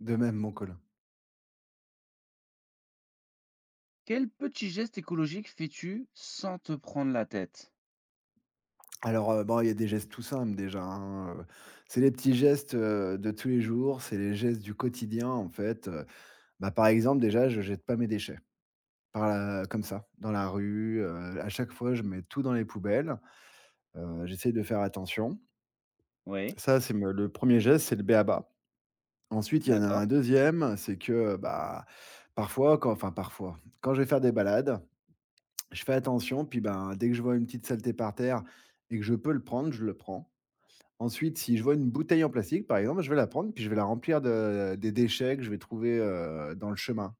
De même, mon Colin. Quel petit geste écologique fais-tu sans te prendre la tête? Il y a des gestes tout simples déjà, hein, c'est les petits gestes, de tous les jours, c'est les gestes du quotidien en fait, par exemple déjà je jette pas mes déchets par la comme ça, dans la rue, à chaque fois je mets tout dans les poubelles, j'essaie de faire attention. Oui, Ça c'est me le premier geste, c'est le b.a.-ba. Ensuite, il y en a d'accord. un deuxième, c'est que, parfois, quand je vais faire des balades, je fais attention puis, ben, dès que je vois une petite saleté par terre et que je peux le prendre, je le prends. Ensuite, si je vois une bouteille en plastique, par exemple, je vais la prendre, puis je vais la remplir de des déchets que je vais trouver, dans le chemin.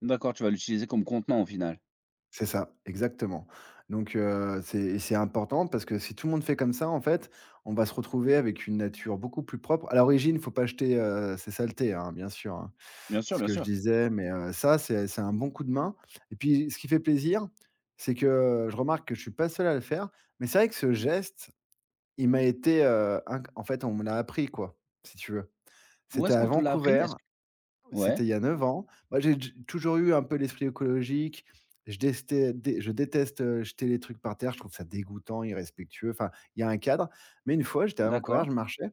D'accord, tu vas l'utiliser comme contenant au final. C'est ça, exactement. Donc, c'est important parce que si tout le monde fait comme ça, en fait, on va se retrouver avec une nature beaucoup plus propre. À l'origine, il faut pas jeter, ces saletés, hein, bien sûr, hein. Bien sûr, Ce bien que je sûr. disais, mais, ça, c'est un bon coup de main et puis, ce qui fait plaisir, c'est que je remarque que je suis pas seul à le faire, mais c'est vrai que ce geste, il m'a été, on me l'a appris, quoi, si tu veux. Où C'était est-ce à qu'on te l'a appris? Vancouver, Est-ce que ouais, c'était il y a 9 ans. Moi, j'ai j toujours eu un peu l'esprit écologique. Je desté dé je déteste, jeter les trucs par terre, je trouve ça dégoûtant, irrespectueux. Enfin, il y a un cadre. Mais une fois, j'étais à Vancouver, d'accord, je marchais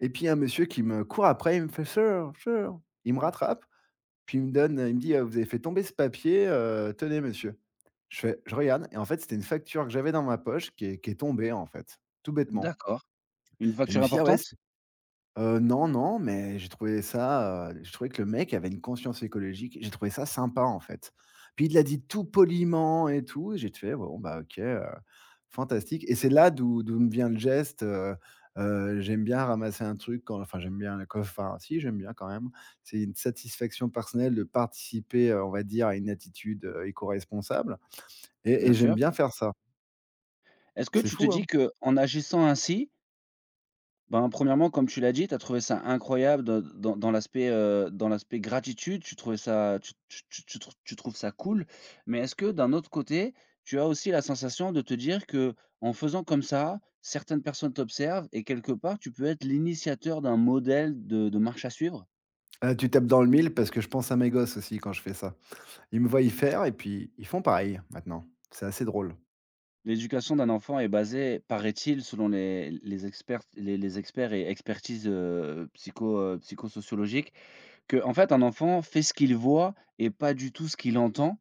et puis il y a un monsieur qui me court après, il me fait: «Sir, sir». Il me rattrape, puis il me dit: vous avez fait tomber ce papier, tenez monsieur». Je regarde et en fait, c'était une facture que j'avais dans ma poche qui est tombée, en fait, tout bêtement. d'accord. Une Et je facture me suis dit: «Ah ouais, importante? Non, non, mais j'ai trouvé ça, j'ai trouvé que le mec avait une conscience écologique. J'ai trouvé ça sympa, en fait. Puis il l'a dit tout poliment et tout, et j'ai fait: «Bon, bah, OK, fantastique» et c'est là d'où me vient le geste, j'aime bien ramasser un truc quand enfin, j'aime bien le co enfin, si, j'aime bien quand même. C'est une satisfaction personnelle de participer, on va dire, à une attitude, éco-responsable et Bien j'aime sûr. bien faire ça. Est-ce que C'est tu te fou, dis hein? que en agissant ainsi Ben, premièrement, comme tu l'as dit, tu as trouvé ça incroyable de dans dans l'aspect gratitude, tu trouvais ça tu tu tu tu trou tu trouves ça cool. Mais est-ce que d'un autre côté, tu as aussi la sensation de te dire que en faisant comme ça, certaines personnes t'observent et quelque part, tu peux être l'initiateur d'un modèle de marche à suivre? Tu tapes dans le mille parce que je pense à mes gosses aussi quand je fais ça. Ils me voient y faire et puis ils font pareil maintenant. C'est assez drôle. L'éducation d'un enfant est basée, paraît-il, selon les experts les experts et expertises, psycho, psychosociologiques, que en fait, un enfant fait ce qu'il voit et pas du tout ce qu'il entend.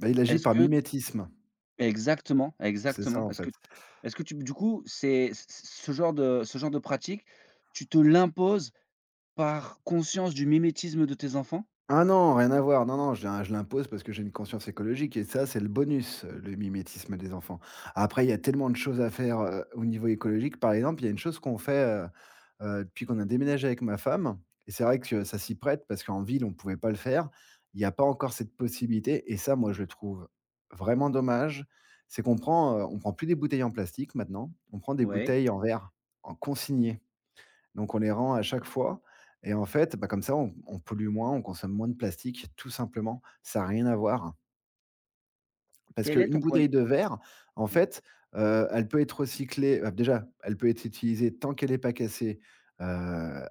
Bah, il agit Est-ce par que mimétisme. Exactement, C'est ça exactement. en fait. Est-ce que tu du coup, c'est c ce genre de pratique, tu te l'imposes par conscience du mimétisme de tes enfants? Ah non, rien à voir. Non, non, je l'impose parce que j'ai une conscience écologique et ça, c'est le bonus, le mimétisme des enfants. Après, il y a tellement de choses à faire, au niveau écologique. Par exemple, il y a une chose qu'on fait, depuis qu'on a déménagé avec ma femme et c'est vrai que ça s'y prête parce qu'en ville, on ne pouvait pas le faire. Il y a pas encore cette possibilité et ça, moi, je le trouve vraiment dommage. C'est qu'on prend, on prend plus des bouteilles en plastique maintenant, on prend des Ouais. bouteilles en verre, en consigné. Donc on les rend à chaque fois et en fait, bah, comme ça, on pollue moins, on consomme moins de plastique, tout simplement. Ça a rien à voir. Parce Quel est qu'une ton point bouteille de verre, en de fait, elle peut être recyclée, déjà, elle peut être utilisée tant qu'elle n'est pas cassée, heu,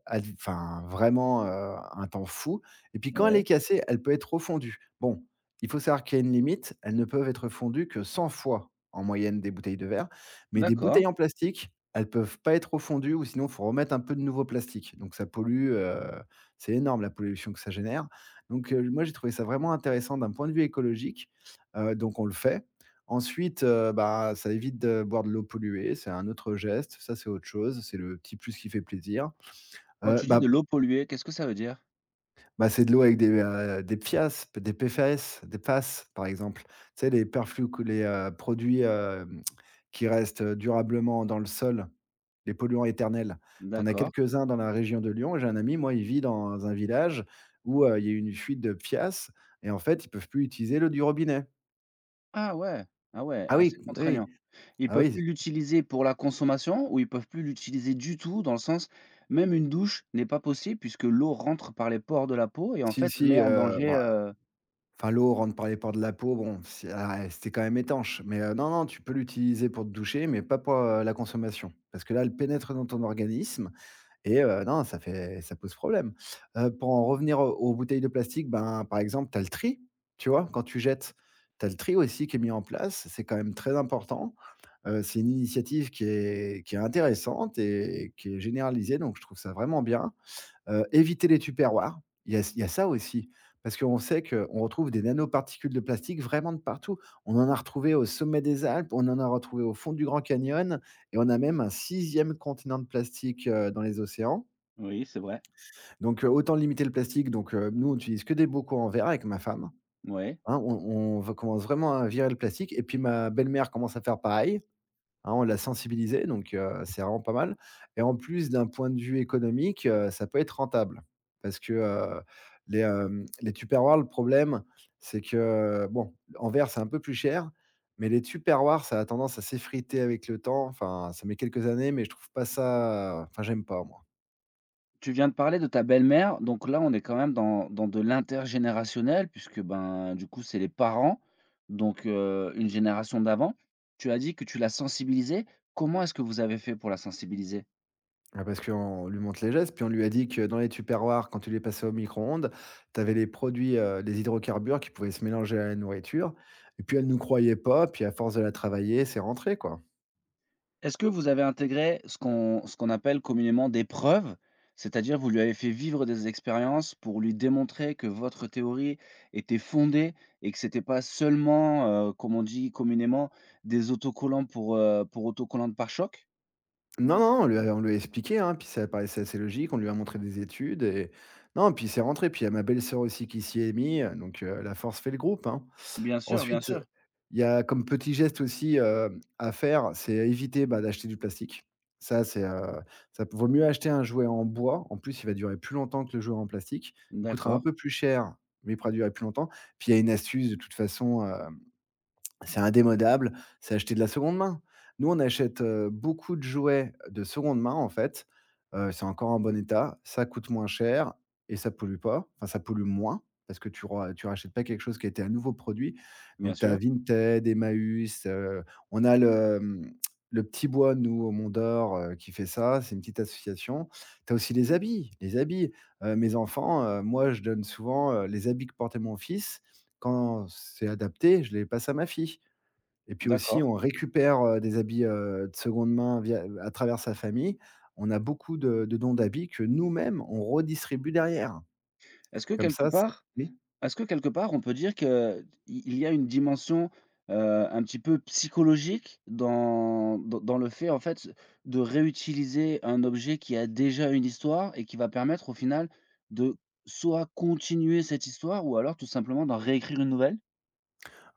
vraiment, un temps fou et puis quand elle ouais, est cassée, elle peut être refondue. Bon, il faut savoir qu'il y a une limite, elles ne peuvent être fondues que 100 fois en moyenne des bouteilles de verre, mais des d'accord. bouteilles en plastique, elles peuvent pas être refondues ou sinon il faut remettre un peu de nouveau plastique. Donc ça pollue, c'est énorme la pollution que ça génère. Donc moi j'ai trouvé ça vraiment intéressant d'un point de vue écologique. Donc on le fait. Ensuite, ça évite de boire de l'eau polluée, c'est un autre geste, ça c'est autre chose, c'est le petit plus qui fait plaisir. Quand Heu, tu dis bah de l'eau polluée, qu'est-ce que ça veut dire? C'est de l'eau avec des PFAS, des PFAS, des PFAS par exemple. Tu sais les produits, qui restent durablement dans le sol, les polluants éternels. Tu en as D'accord. quelques-uns dans la région de Lyon. J'ai un ami, moi, il vit dans un village où, il y a eu une fuite de PFAS et en fait, ils peuvent plus utiliser l'eau du robinet. Ah ouais, ah ouais, Ah oui, assez oui, contraignant. Ils ah peuvent oui. plus l'utiliser pour la consommation ou ils peuvent plus l'utiliser du tout dans le sens, même une douche n'est pas possible puisque l'eau rentre par les pores de la peau et en Si, fait met si, en danger, l'eau rentre par les pores de la peau, bon, c'est quand même étanche, mais non, non, tu peux l'utiliser pour te doucher, mais pas pour, la consommation. Parce que là, elle pénètre dans ton organisme et non, ça pose problème. Pour en revenir aux bouteilles de plastique, ben, par exemple, tu as le tri, tu vois? Quand tu jettes, tu as le tri aussi qui est mis en place, c'est quand même très important. C'est une initiative qui est intéressante et qui est généralisée, donc je trouve ça vraiment bien. Éviter les tupperwares. Il y a ça aussi, parce qu'on sait qu'on retrouve des nanoparticules de plastique vraiment de partout. On en a retrouvé au sommet des Alpes, on en a retrouvé au fond du Grand Canyon et on a même un sixième continent de plastique, dans les océans. oui, c'est vrai. Donc, autant limiter le plastique. Donc, nous, on utilise que des bocaux en verre avec ma femme, hein. Ouais. On on va commence vraiment à virer le plastique et puis ma belle-mère commence à faire pareil. Hein, on l'a sensibilisé, donc c'est vraiment pas mal et en plus, d'un point de vue économique, ça peut être rentable parce que, les Tupperware, le problème, c'est que, bon, en verre, c'est un peu plus cher, mais les Tupperware, ça a tendance à s'effriter avec le temps. Enfin, ça met quelques années, mais je trouve pas ça enfin, j'aime pas, moi. Tu viens de parler de ta belle-mère, donc là, on est quand même dans de l'intergénérationnel puisque, ben, du coup, c'est les parents, donc une génération d'avant. Tu as dit que tu l'as sensibilisée. Comment est-ce que vous avez fait pour la sensibiliser? Ah, parce qu'on lui montre les gestes, puis on lui a dit que dans les tupperwares, quand tu les passais au micro-ondes, tu avais les produits, les hydrocarbures qui pouvaient se mélanger à la nourriture et puis elle nous croyait pas, puis à force de la travailler, c'est rentré, quoi. Est-ce que vous avez intégré ce qu'on appelle communément des preuves? C'est-à-dire, vous lui avez fait vivre des expériences pour lui démontrer que votre théorie était fondée et que c'était pas seulement, comme on dit communément, des autocollants pour autocollants de pare-chocs? Non, non, on lui a expliqué, hein, puis ça paraissait assez logique, on lui a montré des études et non, puis c'est rentré. Puis il y a ma belle-sœur aussi qui s'y est mis, donc la force fait le groupe, hein. Bien sûr, bien Ensuite, sûr. il y a comme petit geste aussi, à faire, c'est éviter, bah, d'acheter du plastique. Ça, ça vaut mieux acheter un jouet en bois. En plus, il va durer plus longtemps que le jouet en plastique. Il coûtera un D'accord, peu plus cher, mais il pourra durer plus longtemps. Puis il y a une astuce de toute façon, c'est indémodable, c'est acheter de la seconde main. Nous, on achète, beaucoup de jouets de seconde main, en fait, c'est encore en bon état, ça coûte moins cher et ça pollue pas, enfin, ça pollue moins parce que tu rachètes pas quelque chose qui a été un nouveau produit. bien Donc tu as sûr, Vinted, Emmaüs, on a le, le Petit Bois, nous, au Mont d'Or, qui fait ça, c'est une petite association. Tu as aussi les habits, moi, je donne souvent, les habits que portait mon fils quand c'est adapté, je les passe à ma fille. Et puis aussi, d'accord. on récupère, des habits, de seconde main via à travers sa famille. On a beaucoup de dons d'habits que nous-mêmes, on redistribue derrière. Est-ce que Comme quelque ça c part oui? Est-ce que quelque part on peut dire qu'il il y a une dimension, un petit peu psychologique dans le fait en fait de réutiliser un objet qui a déjà une histoire et qui va permettre au final de soit continuer cette histoire ou alors tout simplement d'en réécrire une nouvelle?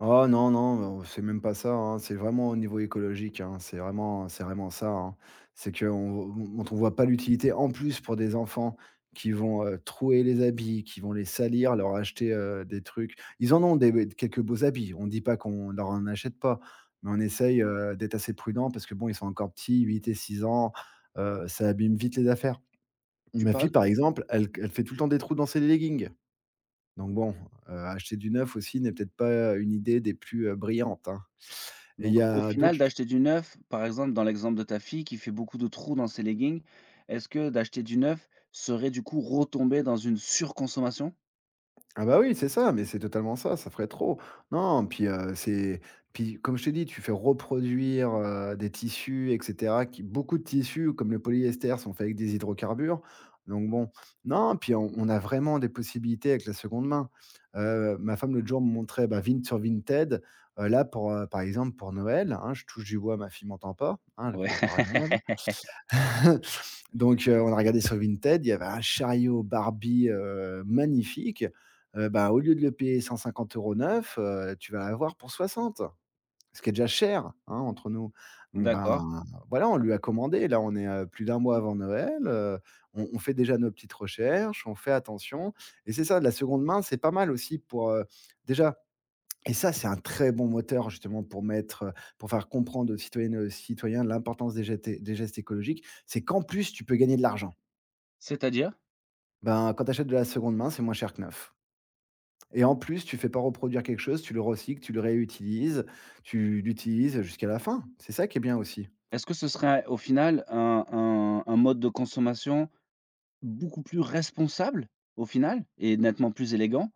Oh non, non, c'est même pas ça, hein, c'est vraiment au niveau écologique, hein, c'est vraiment ça, hein. C'est que dont on voit pas l'utilité, en plus pour des enfants qui vont, trouer les habits, qui vont les salir, leur acheter, des trucs. Ils en ont des quelques beaux habits, on dit pas qu'on leur en achète pas, mais on essaye, d'être assez prudent parce que bon, ils sont encore petits, 8 et 6 ans, ça abîme vite les affaires. Tu Ma fille, parlais par exemple, elle fait tout le temps des trous dans ses leggings. Donc bon, acheter du neuf aussi n'est peut-être pas une idée des plus, brillantes, hein. Et il Donc y au a final, d'autres ch d'acheter du neuf, par exemple, dans l'exemple de ta fille qui fait beaucoup de trous dans ses leggings, est-ce que d'acheter du neuf serait du coup retomber dans une surconsommation? Ah bah oui, c'est ça, mais c'est totalement ça, ça ferait trop. Non, puis, c'est puis comme je t'ai dit, tu fais reproduire, des tissus et cetera qui beaucoup de tissus comme le polyester sont faits avec des hydrocarbures. Donc bon, non, puis on a vraiment des possibilités avec la seconde main. Ma femme l'autre jour me montrait, bah, Vinted, là pour, par exemple pour Noël, hein, je touche du bois, ma fille m'entend pas, hein, elle Ouais. croit encore à Noël. Donc, on a regardé sur Vinted, il y avait un chariot Barbie, magnifique. Bah, au lieu de le payer 150 € neuf, tu vas l'avoir pour 60, ce qui est déjà cher, hein, entre nous. Donc D'accord. ben, voilà, on lui a commandé. Là, on est, plus d'un mois avant Noël. On fait déjà nos petites recherches, on fait attention et c'est ça, de la seconde main, c'est pas mal aussi pour, déjà et ça, c'est un très bon moteur justement pour mettre, pour faire comprendre aux citoyennes et aux citoyens l'importance des gestes écologiques. C'est qu'en plus, tu peux gagner de l'argent. C'est-à-dire? Ben, quand tu achètes de la seconde main, c'est moins cher que neuf et en plus, tu fais pas reproduire quelque chose, tu le recycles, tu le réutilises, tu l'utilises jusqu'à la fin. C'est ça qui est bien aussi. Est-ce que ce serait au final un mode de consommation beaucoup plus responsable, au final, et nettement plus élégant?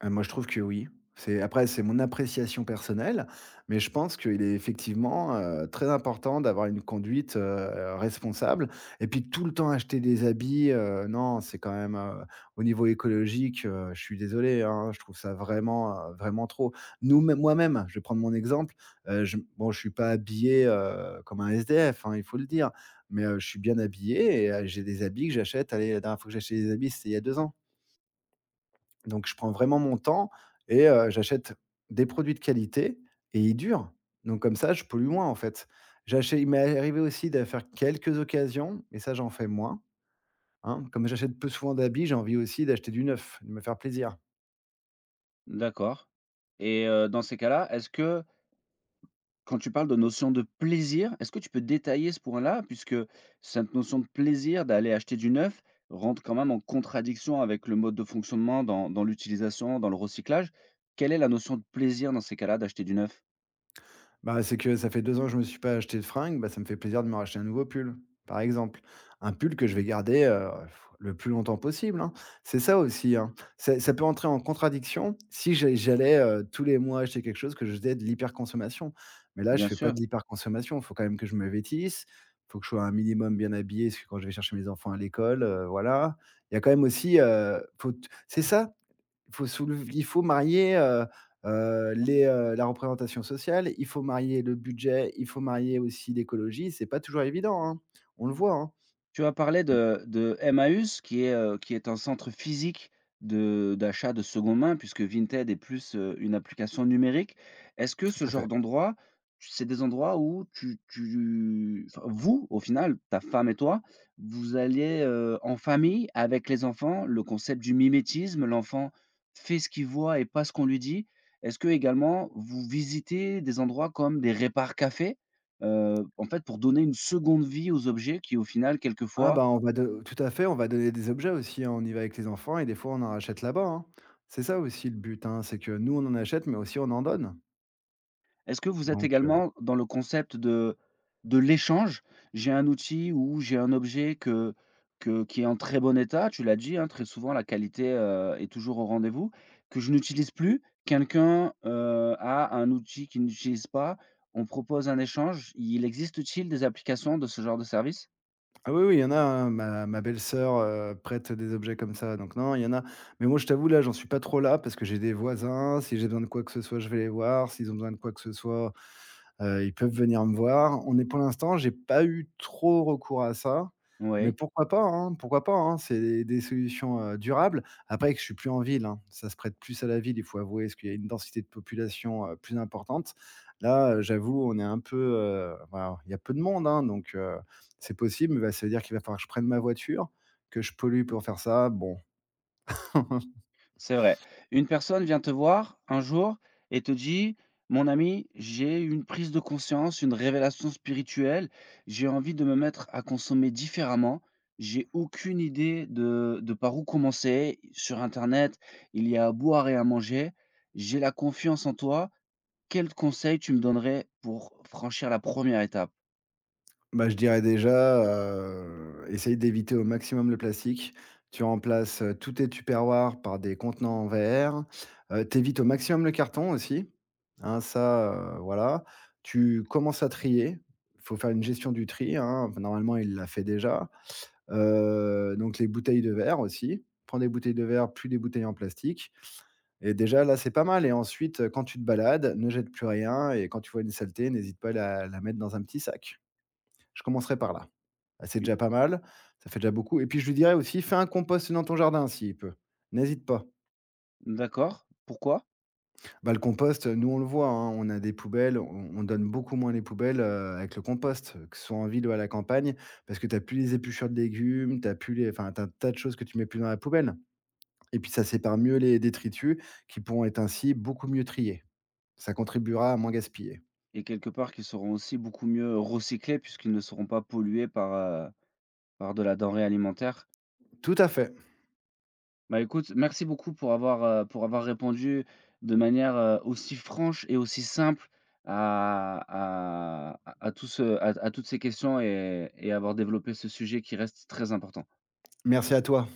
Ah, moi, je trouve que oui. C'est après, c'est mon appréciation personnelle, mais je pense qu'il est effectivement, très important d'avoir une conduite, responsable et puis tout le temps acheter des habits, non, c'est quand même, au niveau écologique, je suis désolé, hein, je trouve ça vraiment, vraiment trop. Nous mêmes moi-même, je vais prendre mon exemple, je bon, je suis pas habillé, comme un SDF, hein, il faut le dire, mais, je suis bien habillé et j'ai des habits que j'achète allez, la dernière fois que j'ai acheté des habits, c'était il y a 2 ans. Donc je prends vraiment mon temps et j'achète des produits de qualité et ils durent. Donc comme ça, je pollue moins, en fait. J'achè Il m'est arrivé aussi de faire quelques occasions, mais ça, j'en fais moins, hein. Comme j'achète peu souvent d'habits, j'ai envie aussi d'acheter du neuf, de me faire plaisir. D'accord et dans ces cas-là, est-ce que Quand tu parles de notion de plaisir, est-ce que tu peux détailler ce point-là? Puisque cette notion de plaisir d'aller acheter du neuf rentre quand même en contradiction avec le mode de fonctionnement dans l'utilisation, dans le recyclage. Quelle est la notion de plaisir dans ces cas-là d'acheter du neuf? Bah, c'est que ça fait 2 ans que je me suis pas acheté de fringues, bah, ça me fait plaisir de me racheter un nouveau pull, par exemple. Un pull que je vais garder, le plus longtemps possible, hein. C'est ça aussi, hein. C'est ça peut entrer en contradiction si j'allais, tous les mois acheter quelque chose, que je faisais de l'hyperconsommation. Mais là, je Bien fais pas sûr. de l'hyperconsommation. Il faut quand même que je me vêtisse. Il faut que je sois un minimum bien habillé, parce que quand je vais chercher mes enfants à l'école, voilà. Il y a quand même aussi, faut t c'est ça, il faut soulever, il faut marier, la représentation sociale, il faut marier le budget, il faut marier aussi l'écologie. C'est pas toujours évident, hein. On le voit, hein. Tu as parlé Mmh, de Emmaüs qui est un centre physique de d'achat de seconde main puisque Vinted est plus, une application numérique. Est-ce que tout ce à genre fait. d'endroit, c'est des endroits où tu enfin vous, au final, ta femme et toi, vous alliez, en famille avec les enfants, le concept du mimétisme, l'enfant fait ce qu'il voit et pas ce qu'on lui dit. Est-ce que également vous visitez des endroits comme des répars cafés? En fait, pour donner une seconde vie aux objets qui, au final, Ah quelquefois bah, on va de tout à fait, on va donner des objets aussi, hein. On y va avec les enfants et des fois, on en rachète là-bas, hein. C'est ça aussi le but, hein, c'est que nous, on en achète, mais aussi on en donne. est-ce que vous êtes Donc également dans le concept de l'échange? J'ai un outil ou j'ai un objet que qui est en très bon état, tu l'as dit, hein, très souvent la qualité, est toujours au rendez-vous, que je n'utilise plus. Quelqu'un, a un outil qu'il n'utilise pas, on propose un échange. Il existe-t-il des applications de ce genre de service? ah oui, oui, il y en a, hein, ma belle-sœur, prête des objets comme ça, donc non, il y en a. Mais moi, je t'avoue, là, j'en suis pas trop là parce que j'ai des voisins, si j'ai besoin de quoi que ce soit, je vais les voir, s'ils ont besoin de quoi que ce soit, ils peuvent venir me voir. On est pour l'instant, j'ai pas eu trop recours à ça, mais Oui. pourquoi pas, hein? Pourquoi pas, hein? C'est des solutions, durables. Après que je suis plus en ville, hein, ça se prête plus à la ville, il faut avouer, parce qu'il y a une densité de population, plus importante. Là, j'avoue, on est un peu, bah, il y a peu de monde, hein, donc c'est possible, mais bah, ça veut dire qu'il va falloir que je prenne ma voiture, que je pollue pour faire ça. Bon, C'est vrai. Une personne vient te voir un jour et te dit: «Mon ami, j'ai eu une prise de conscience, une révélation spirituelle, j'ai envie de me mettre à consommer différemment. J'ai aucune idée de par où commencer. Sur internet, il y a à boire et à manger. J'ai la confiance en toi. Quel conseil tu me donnerais pour franchir la première étape?» bah, je dirais déjà, essaye d'éviter au maximum le plastique. Tu remplaces, tous tes tupperwares par des contenants en verre. Tu au maximum le carton aussi, hein, ça, voilà. Tu commences à trier. Il faut faire une gestion du tri, hein, enfin, normalement, il l'a fait déjà. Donc les bouteilles de verre aussi. Prends des bouteilles de verre, plus des bouteilles en plastique. Et déjà là, c'est pas mal et ensuite, quand tu te balades, ne jette plus rien et quand tu vois une saleté, n'hésite pas à la mettre dans un petit sac. Je commencerai par là. Bah, c'est U déjà pas mal, ça fait déjà beaucoup et puis je lui dirais aussi: «Fais un compost dans ton jardin s'il peut, n'hésite pas». d'accord, pourquoi? Bah, le compost, nous on le voit, hein, on a des poubelles, on donne beaucoup moins les poubelles, avec le compost, que ce soit en ville ou à la campagne, parce que tu as plus les épluchures de légumes, tu as plus les enfin, t'as un tas de choses que tu mets plus dans la poubelle et puis ça sépare mieux les détritus qui pourront être ainsi beaucoup mieux triés. Ça contribuera à moins gaspiller. Et quelque part qu'ils seront aussi beaucoup mieux recyclés puisqu'ils ne seront pas pollués par, par de la denrée alimentaire. Tout à fait. Bah, écoute, merci beaucoup pour avoir répondu de manière, aussi franche et aussi simple à tout ce à toutes ces questions et avoir développé ce sujet qui reste très important. Merci à toi.